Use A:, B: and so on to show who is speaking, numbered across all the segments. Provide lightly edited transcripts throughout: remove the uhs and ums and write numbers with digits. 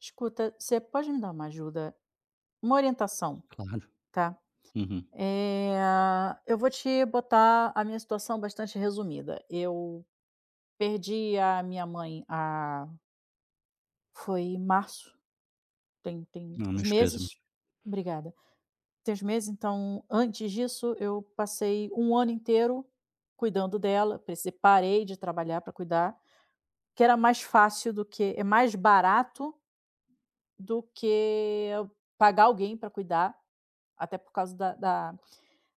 A: Escuta, você pode me dar uma ajuda? Uma orientação,
B: Claro.
A: tá?
B: Uhum.
A: Eh, eu vou te botar a minha situação bastante resumida. Eu perdi a minha mãe a foi em março, tem
B: Não,
A: uns
B: meus pésames.
A: meses. Obrigada. Tem uns meses, então, antes disso, eu passei um ano inteiro cuidando dela, precisei parei de trabalhar para cuidar, que era mais fácil do que é mais barato do que eu pagar alguém para cuidar, até por causa da da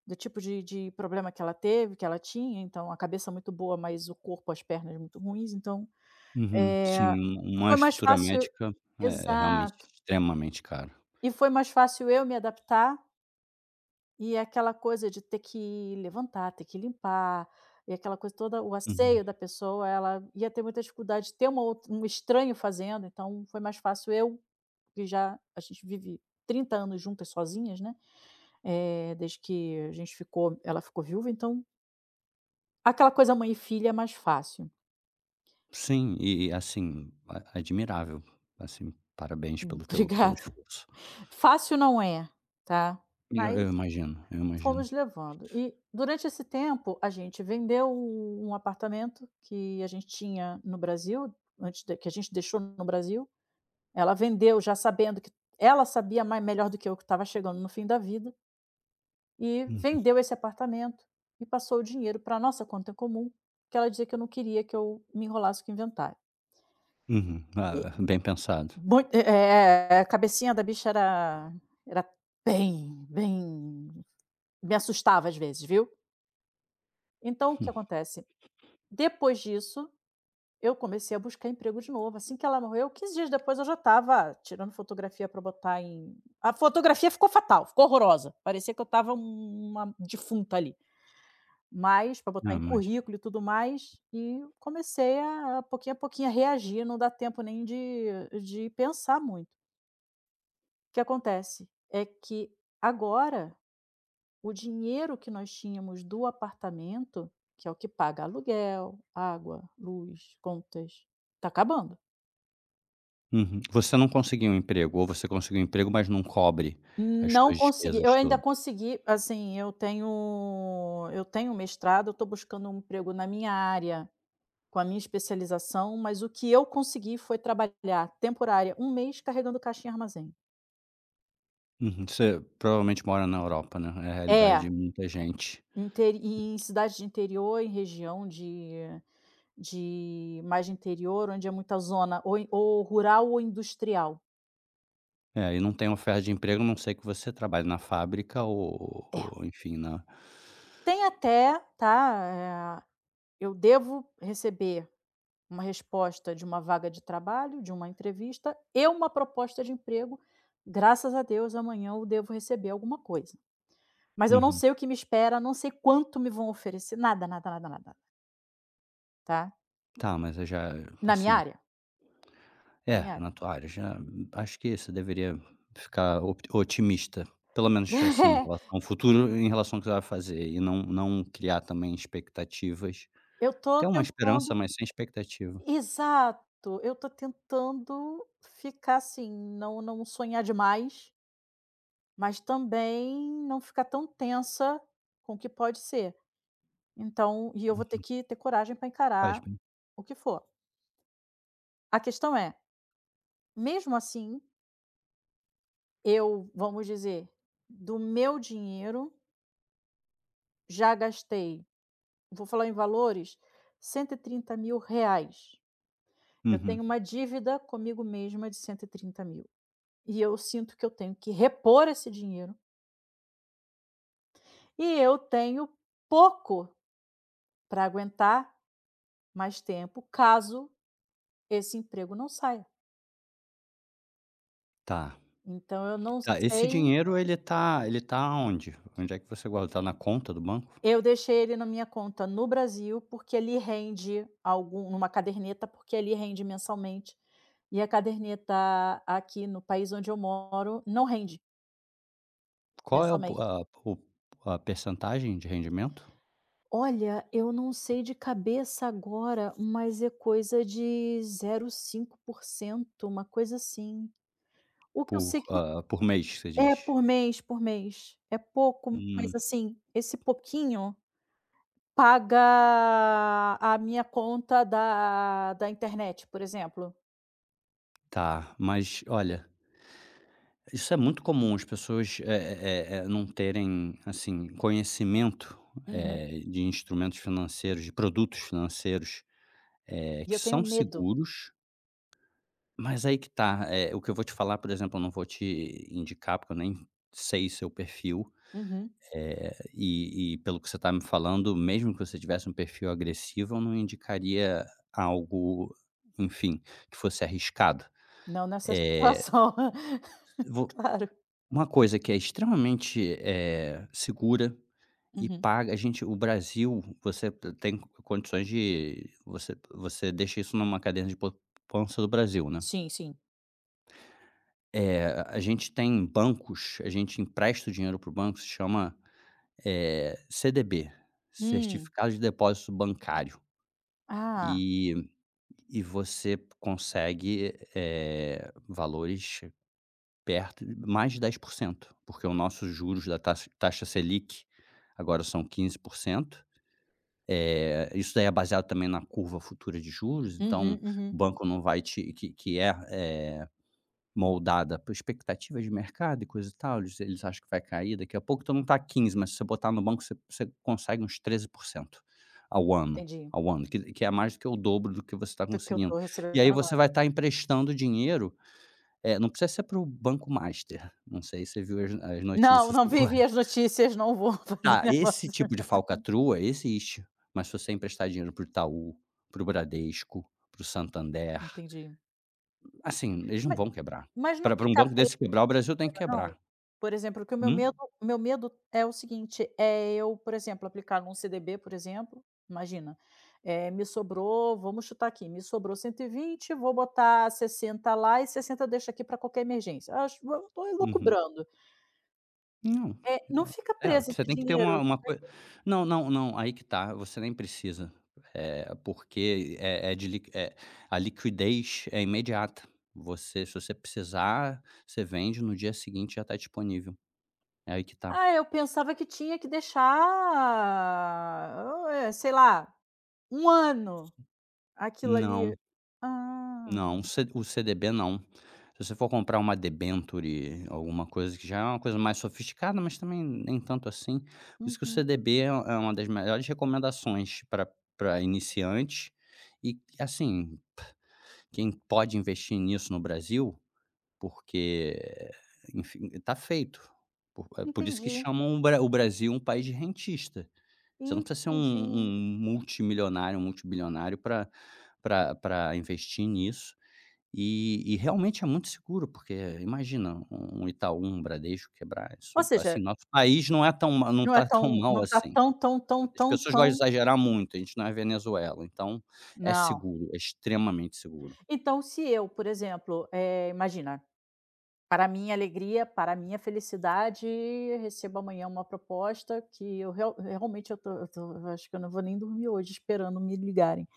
A: Do tipo de problema que ela teve, que ela tinha, então a cabeça muito boa, mas o corpo, as pernas muito ruins, então,
B: Uhum.
A: eh,
B: Sim, um, uma
A: foi mais
B: estrutura
A: fácil,
B: médica é realmente
A: exato.
B: extremamente caro.
A: E foi mais fácil eu me adaptar, e aquela coisa de ter que levantar, ter que limpar, e aquela coisa toda, o
B: Uhum.
A: asseio da pessoa, ela ia ter muita dificuldade de ter uma outra um estranho fazendo, então foi mais fácil eu, que já a gente vive 30 anos juntas sozinhas, né, desde que a gente ficou ela ficou viúva, então aquela coisa mãe e filha é mais fácil.
B: Sim, e assim, a admirável, assim, parabéns pelo teu
A: Obrigada.
B: esforço.
A: Fácil não é, tá,
B: Eu
A: mas
B: eu imagino, eu imagino.
A: fomos levando. E durante esse tempo, a gente vendeu um apartamento que a gente tinha no Brasil, antes de que a gente deixou no Brasil. Ela vendeu já sabendo que ela sabia mai melhor do que eu que estava chegando no fim da vida, e
B: Uhum.
A: vendeu esse apartamento e passou o dinheiro para nossa conta comum, que ela dizia que eu não queria que eu me enrolasse com o inventário.
B: Uhum. Ah, bem pensado.
A: Mui é, é, é, é, a cabecinha da bicha era, era, bem bem me assustava às vezes, viu. Então o que acontece, depois disso, eu comecei a buscar emprego de novo, assim que ela morreu, 15 dias depois eu já estava tirando fotografia pra botar em, a fotografia ficou fatal, ficou horrorosa, parecia que eu estava uma defunta ali, mas pra
B: Hum.
A: botar
B: Ah,
A: em
B: imagino.
A: currículo e tudo mais, e comecei a pouquinho a pouquinho a reagir, não dá tempo nem de pensar muito. O que acontece é que agora o dinheiro que nós tínhamos do apartamento, que é o que paga aluguel, água, luz, contas, tá acabando.
B: Uhum. Você não conseguiu um emprego, ou você conseguiu um emprego, mas não cobre as
A: Não
B: suas
A: consegui,
B: despesas
A: eu ainda
B: todas?
A: consegui, assim, eu tenho um mestrado, eu tô buscando um emprego na minha área, com a minha especialização, mas o que eu consegui foi trabalhar temporária, um mês carregando caixa em armazém.
B: Uhum. Você provavelmente mora na Europa, né, é a realidade de
A: É,
B: muita gente.
A: interi em cidade de interior, em região de mais de interior, onde é muita zona ou rural ou industrial.
B: É, e não tem oferta de emprego, a não sei que você trabalhe na fábrica ou
A: É.
B: enfim, na
A: Tem até, tá, eu devo receber uma resposta de uma vaga de trabalho, de uma entrevista e uma proposta de emprego. Graças a Deus, amanhã eu devo receber alguma coisa. Mas eu não
B: uhum.
A: sei o que me espera, não sei quanto me vão oferecer, nada, nada, nada, nada, tá.
B: Tá, mas aí já
A: Na minha
B: assim.
A: área, na minha
B: É,
A: área.
B: na tua área já acho que você deveria ficar op otimista, pelo menos assim, em relação ao futuro, em relação ao que você vai fazer e não criar também expectativas.
A: Eu tô
B: Ter uma esperança,
A: tentando,
B: mas sem expectativa.
A: exato, eu tô tentando ficar assim, não sonhar demais, mas também não ficar tão tensa com o que pode ser. Então eu vou ter
B: Hum,
A: que ter coragem para
B: faz
A: encarar
B: bem.
A: o que for. A questão é, mesmo assim, eu, vamos dizer, do meu dinheiro já gastei, vou falar em valores, R$ 130.000. Eu
B: Uhum.
A: tenho uma dívida comigo mesma de 130.000 e eu sinto que eu tenho que repor esse dinheiro. E eu tenho pouco para aguentar mais tempo, caso esse emprego não saia.
B: Tá.
A: Então eu não
B: Tá, esse
A: sei.
B: dinheiro ele tá onde? Onde é que você guarda? Tá na conta do banco?
A: Eu deixei ele na minha conta no Brasil, porque ele rende algum numa caderneta, porque ele rende mensalmente, e a caderneta aqui no país onde eu moro não rende
B: Qual é o po
A: mensalmente.
B: a o a percentagem de rendimento
A: Olha, eu não sei de cabeça agora, mas é coisa de 0,5%, uma coisa assim. O que eu sei
B: por,
A: que...
B: ah, por mês, você
A: É,
B: diz?
A: por mês, por mês. É pouco,
B: Hum,
A: mas assim, esse pouquinho paga a minha conta da internet, por exemplo.
B: tá, mas olha. Isso é muito comum, as pessoas, não terem, assim, conhecimento,
A: Uhum.
B: de instrumentos financeiros, de produtos financeiros,
A: E
B: que
A: eu tenho
B: são
A: medo.
B: seguros, mas aí que tá, o que eu vou te falar, por exemplo, eu não vou te indicar, porque eu nem sei seu perfil,
A: Uhum.
B: e pelo que você está me falando, mesmo que você tivesse um perfil agressivo, eu não indicaria algo, enfim, que fosse arriscado.
A: Não nessa
B: Eh,
A: situação.
B: vo.
A: Claro.
B: Uma coisa que é extremamente, segura e
A: Uhum.
B: paga a gente o Brasil, você te tem condições de você deixa isso numa caderneta de poupança do Brasil, né.
A: Sim, sim.
B: A gente tem bancos, a gente empresta o dinheiro para o banco, se chama, CDB,
A: Hum.
B: Certificado de Depósito Bancário,
A: Ah.
B: e e você consegue, valores. Perto mais de 10% porque os nossos juros da taxa Selic agora são 15%, isso daí é baseado também na curva futura de juros, então
A: Uhum,
B: o
A: uhum.
B: banco não vai te que é, moldada por expectativas de mercado e coisa e tal, eles acham que vai cair, daqui a pouco então não tá 15, mas se você botar no banco você consegue uns 13% ao ano
A: Entendi.
B: ao ano, que é mais do que o dobro do que você está
A: Do que eu
B: conseguindo.
A: tô
B: E aí
A: recebendo
B: você
A: agora.
B: vai estar emprestando dinheiro é, não precisa ser para o Banco Master, não sei se você viu as
A: Não,
B: notícias
A: não
B: agora.
A: vivi as notícias, não vou fazer
B: Tá, esse
A: negócio.
B: tipo de falcatrua existe, mas se você emprestar dinheiro para o Itaú, para o Bradesco, para o Santander,
A: Entendi.
B: assim, eles não
A: Ma
B: vão quebrar.
A: Mas não
B: Para pra um
A: ficar
B: banco
A: preso
B: desse quebrar, o
A: no
B: Brasil tem que
A: dinheiro não?
B: quebrar.
A: Por exemplo, que o meu medo
B: Hum?
A: o meu medo é o seguinte, é eu, por exemplo, aplicar num CDB, por exemplo, imagina, me sobrou, vamos chutar aqui, me sobrou 120, vou botar 60 lá e 60 eu deixo aqui para qualquer emergência. Acho, estou tô
B: Uhum.
A: elucubrando.
B: Não,
A: Não
B: ah,
A: fica
B: é,
A: preso esse
B: você tem que ter
A: dinheiro.
B: uma coisa. Não, não, não, aí que tá, você nem precisa. É porque é é de li é a liquidez é imediata. Você se você precisar, você vende, no dia seguinte já tá disponível, é aí que tá.
A: Ah, eu pensava que tinha que deixar, sei lá, um ano aquilo ali.
B: Não. Não,
A: Ah,
B: o C o CDB não. Se você for comprar uma debênture, alguma coisa que já é uma coisa mais sofisticada, mas também nem tanto assim. Por isso que o
A: uhum,
B: CDB é uma das melhores recomendações para para iniciante e, assim, quem pode investir nisso no Brasil, porque, enfim, está feito. Por é por isso que
A: entendi.
B: chamam o Bra o Brasil um país de rentista. Você não precisa ser um
A: Entendi.
B: um multimilionário, um multibilionário para pra pra investir nisso e realmente é muito seguro, porque imagina, um Itaú, um Bradesco quebrar,
A: Ou
B: isso
A: seja,
B: assim, nosso país não é tão ma não
A: não é
B: está tão
A: tão,
B: mal
A: não tá
B: assim.
A: tão, tão, tão,
B: As
A: tão,
B: pessoas gostam de
A: tão
B: exagerar muito, a gente não é Venezuela, então é
A: não.
B: seguro, é extremamente seguro.
A: Então se eu, por exemplo, imagina, para minha alegria, para minha felicidade, recebo amanhã uma proposta que eu, realmente, eu tô, eu acho que eu não vou nem dormir hoje esperando me ligarem.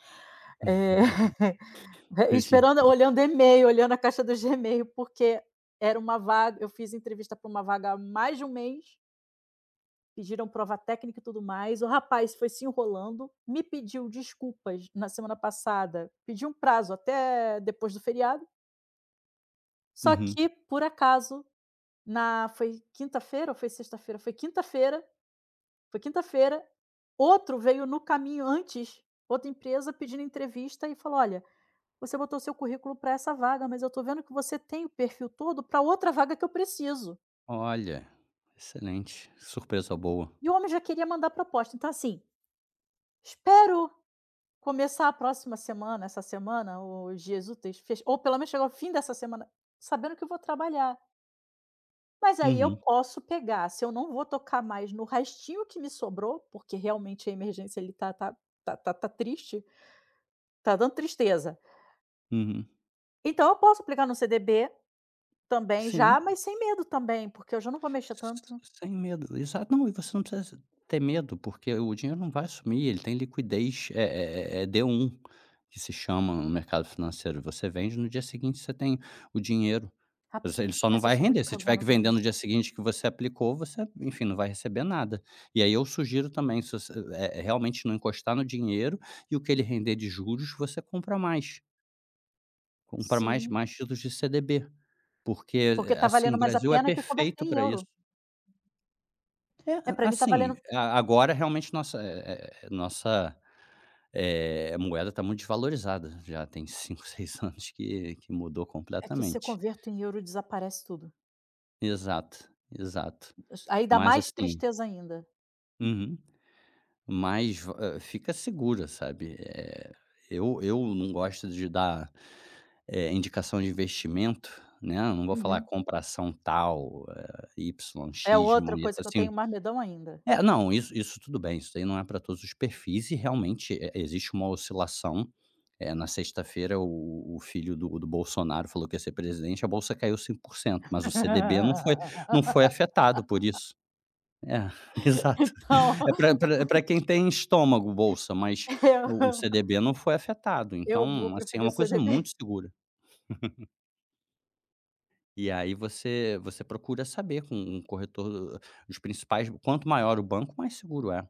A: Eh,
B: Eu te
A: esperando
B: entendo.
A: olhando e-mail, olhando a caixa do Gmail, porque era uma vaga, eu fiz entrevista para uma vaga há mais de um mês. Pediram prova técnica e tudo mais. O rapaz foi se enrolando, me pediu desculpas na semana passada, pediu um prazo até depois do feriado. Só
B: Uhum.
A: que, por acaso, na foi quinta-feira ou foi sexta-feira? Foi quinta-feira, outro veio no caminho antes, outra empresa pedindo entrevista e falou: "Olha, você botou seu currículo para essa vaga, mas eu estou vendo que você tem o perfil todo para outra vaga que eu preciso".
B: Olha, excelente, surpresa boa.
A: E o homem já queria mandar proposta. Então, assim, espero começar a próxima semana, essa semana, os dias úteis, fech ou pelo menos chegar ao fim dessa semana, sabendo que eu vou trabalhar. Mas aí eu
B: Uhum,
A: posso pegar, se eu não vou tocar mais no restinho que me sobrou, porque realmente a emergência ele tá, tá tá tá tá triste, tá dando tristeza.
B: uhum.
A: Então eu posso aplicar no CDB também
B: Sim.
A: já, mas sem medo também, porque eu já não vou mexer tanto.
B: Sem medo, exato. Não, e você não precisa ter medo, porque o dinheiro não vai sumir, ele tem liquidez, é D1, que se chama no mercado financeiro. Você vende, no dia seguinte você tem o dinheiro. Você ele só não
A: Rapaz, eu
B: vai
A: sou
B: render,
A: muito
B: se tiver
A: cagona
B: que
A: com
B: vender no
A: isso.
B: dia seguinte que você aplicou, você, enfim, não vai receber nada. E aí eu sugiro também, se você realmente não encostar no dinheiro e o que ele render de juros, você compra mais. Compra mais
A: Sim,
B: mais títulos de CDB, porque,
A: porque tá
B: assim, o
A: valendo mais a
B: Brasil é
A: pena que converter
B: perfeito
A: em
B: para isso.
A: euro.
B: É,
A: É,
B: a
A: para mim tá
B: assim,
A: valendo,
B: a agora realmente nossa, nossa, moeda está muito desvalorizada, já tem 5, 6 anos que mudou
A: é que se eu
B: completamente.
A: converto em euro, desaparece tudo.
B: Exato, exato.
A: Aí dá
B: Mas
A: mais
B: assim
A: tristeza ainda.
B: uhum. Mas va fica segura, sabe, eu não gosto de dar, indicação de investimento, né, eu não vou falar
A: Uhum.
B: compra ação tal, Y,
A: É
B: X,
A: outra
B: mas
A: coisa que eu tenho
B: assim.
A: marmidão ainda.
B: É, não, isso tudo bem, isso daí não é para todos os perfis e realmente e existe uma oscilação, na sexta-feira o filho do do Bolsonaro falou que ia ser presidente, a bolsa caiu 5%, mas o CDB não foi afetado por isso. É, exato.
A: Então
B: É para, é pra quem tem estômago bolsa, mas o
A: eu
B: CDB não foi afetado,
A: eu vou
B: então, assim, é
A: preferir o
B: uma coisa
A: CDB.
B: muito segura. E aí você você procura saber com um corretor eh, os principais quanto maior o banco, mais seguro é.